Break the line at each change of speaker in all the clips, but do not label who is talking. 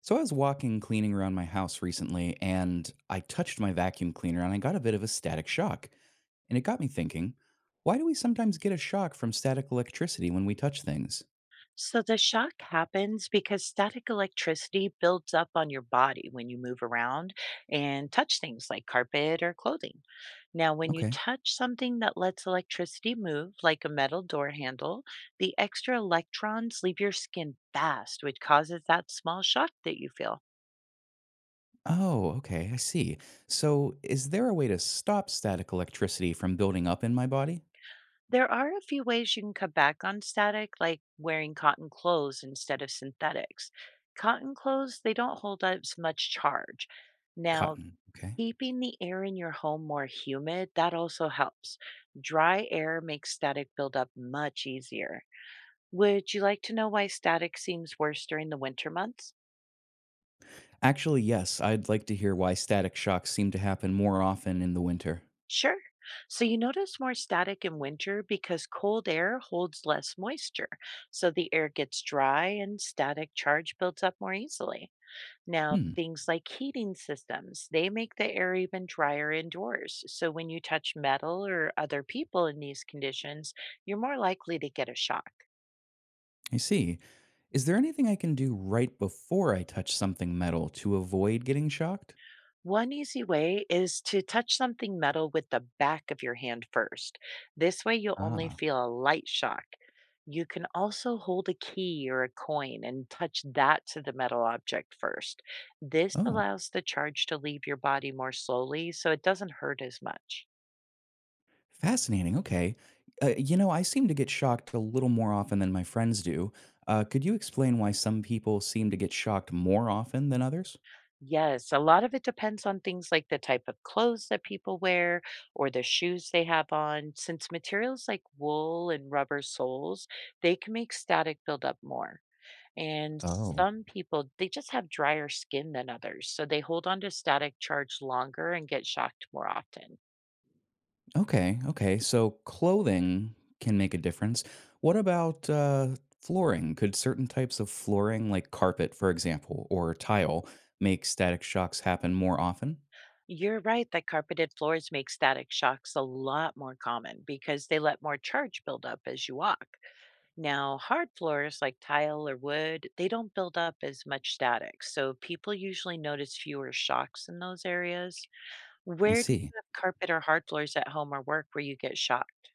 So I was walking cleaning around my house recently and I touched my vacuum cleaner and I got a bit of a static shock. And it got me thinking, why do we sometimes get a shock from static electricity when we touch things?
So the shock happens because static electricity builds up on your body when you move around and touch things like carpet or clothing. Now, when you
Okay.
touch something that lets electricity move, like a metal door handle, the extra electrons leave your skin fast, which causes that small shock that you feel.
Oh, okay, I see. So is there a way to stop static electricity from building up in my body?
There are a few ways you can cut back on static, like wearing cotton clothes instead of synthetics. Cotton clothes, they don't hold up as much charge. Now,
Cotton. Okay.
keeping the air in your home more humid, that also helps. Dry air makes static buildup much easier. Would you like to know why static seems worse during the winter months?
Actually, yes, I'd like to hear why static shocks seem to happen more often in the winter.
Sure. So you notice more static in winter because cold air holds less moisture. So the air gets dry and static charge builds up more easily. Now,
Hmm.
things like heating systems, they make the air even drier indoors. So when you touch metal or other people in these conditions, you're more likely to get a shock.
I see. Is there anything I can do right before I touch something metal to avoid getting shocked?
One easy way is to touch something metal with the back of your hand first. This way, you'll only
Ah,
feel a light shock. You can also hold a key or a coin and touch that to the metal object first. This
oh,
allows the charge to leave your body more slowly, so it doesn't hurt as much.
fascinating. Okay. I seem to get shocked a little more often than my friends do. Could you explain why some people seem to get shocked more often than others?
Yes, a lot of it depends on things like the type of clothes that people wear or the shoes they have on. Since materials like wool and rubber soles, they can make static build up more. And
Oh,
some people, they just have drier skin than others, so they hold on to static charge longer and get shocked more often.
okay. Okay. So clothing can make a difference. What about flooring? Could certain types of flooring, like carpet, for example, or tile, make static shocks happen more often?
You're right that carpeted floors make static shocks a lot more common because they let more charge build up as you walk. Now, hard floors like tile or wood, they don't build up as much static, so people usually notice fewer shocks in those areas.
I
Where do you
see.
have carpet or hard floors at home or work where you get shocked?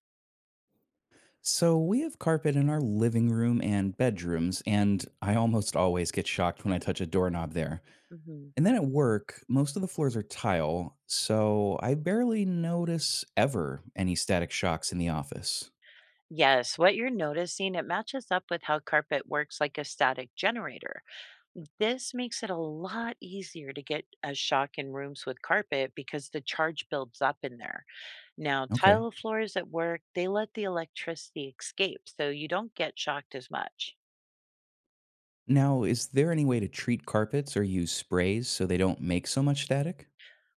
So we have carpet in our living room and bedrooms, and I almost always get shocked when I touch a doorknob there.
Hmm.
And then at work, most of the floors are tile, so I barely notice ever any static shocks in the office.
Yes, what you're noticing, it matches up with how carpet works like a static generator. This makes it a lot easier to get a shock in rooms with carpet because the charge builds up in there. Now,
Okay.
tile floors at work, they let the electricity escape, so you don't get shocked as much.
Now, is there any way to treat carpets or use sprays so they don't make so much static?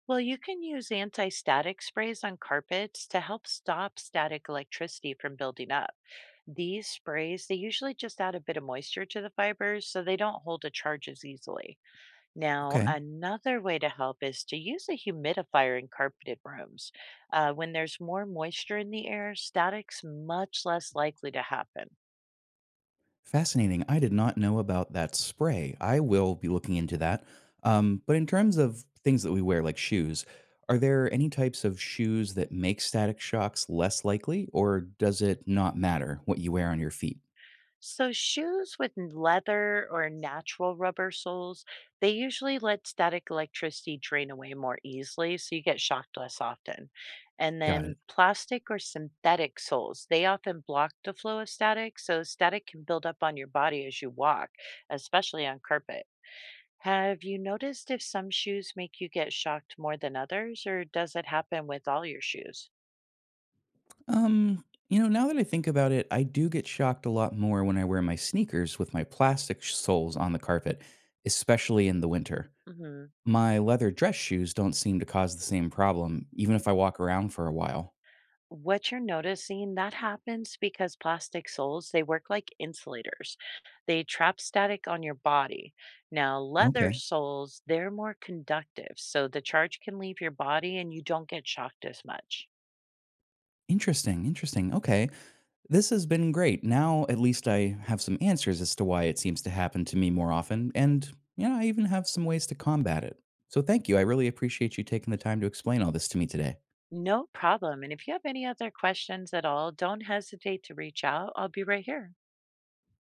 Well, you can use anti static sprays on carpets to help stop static electricity from building up. These sprays, they usually just add a bit of moisture to the fibers so they don't hold a charge as easily. Now,
Okay.
another way to help is to use a humidifier in carpeted rooms. When there's more moisture in the air, static's much less likely to happen.
Fascinating. I did not know about that spray. I will be looking into that. But in terms of things that we wear, like shoes, are there any types of shoes that make static shocks less likely, or does it not matter what you wear on your feet?
So, shoes with leather or natural rubber soles, they usually let static electricity drain away more easily, so you get shocked less often. And
Got
then
it.
plastic or synthetic soles, they often block the flow of static, so static can build up on your body as you walk, especially on carpet. Have you noticed if some shoes make you get shocked more than others, or does it happen with all your shoes?
Now that I think about it, I do get shocked a lot more when I wear my sneakers with my plastic soles on the carpet, especially in the winter.
Hmm.
My leather dress shoes don't seem to cause the same problem, even if I walk around for a while.
What you're noticing, that happens because plastic soles, they work like insulators. They trap static on your body. Now, leather
Okay.
soles, they're more conductive, so the charge can leave your body and you don't get shocked as much.
Interesting, interesting. Okay. This has been great. Now at least I have some answers as to why it seems to happen to me more often. And, I even have some ways to combat it. So thank you. I really appreciate you taking the time to explain all this to me today.
No problem. And if you have any other questions at all, don't hesitate to reach out. I'll be right here.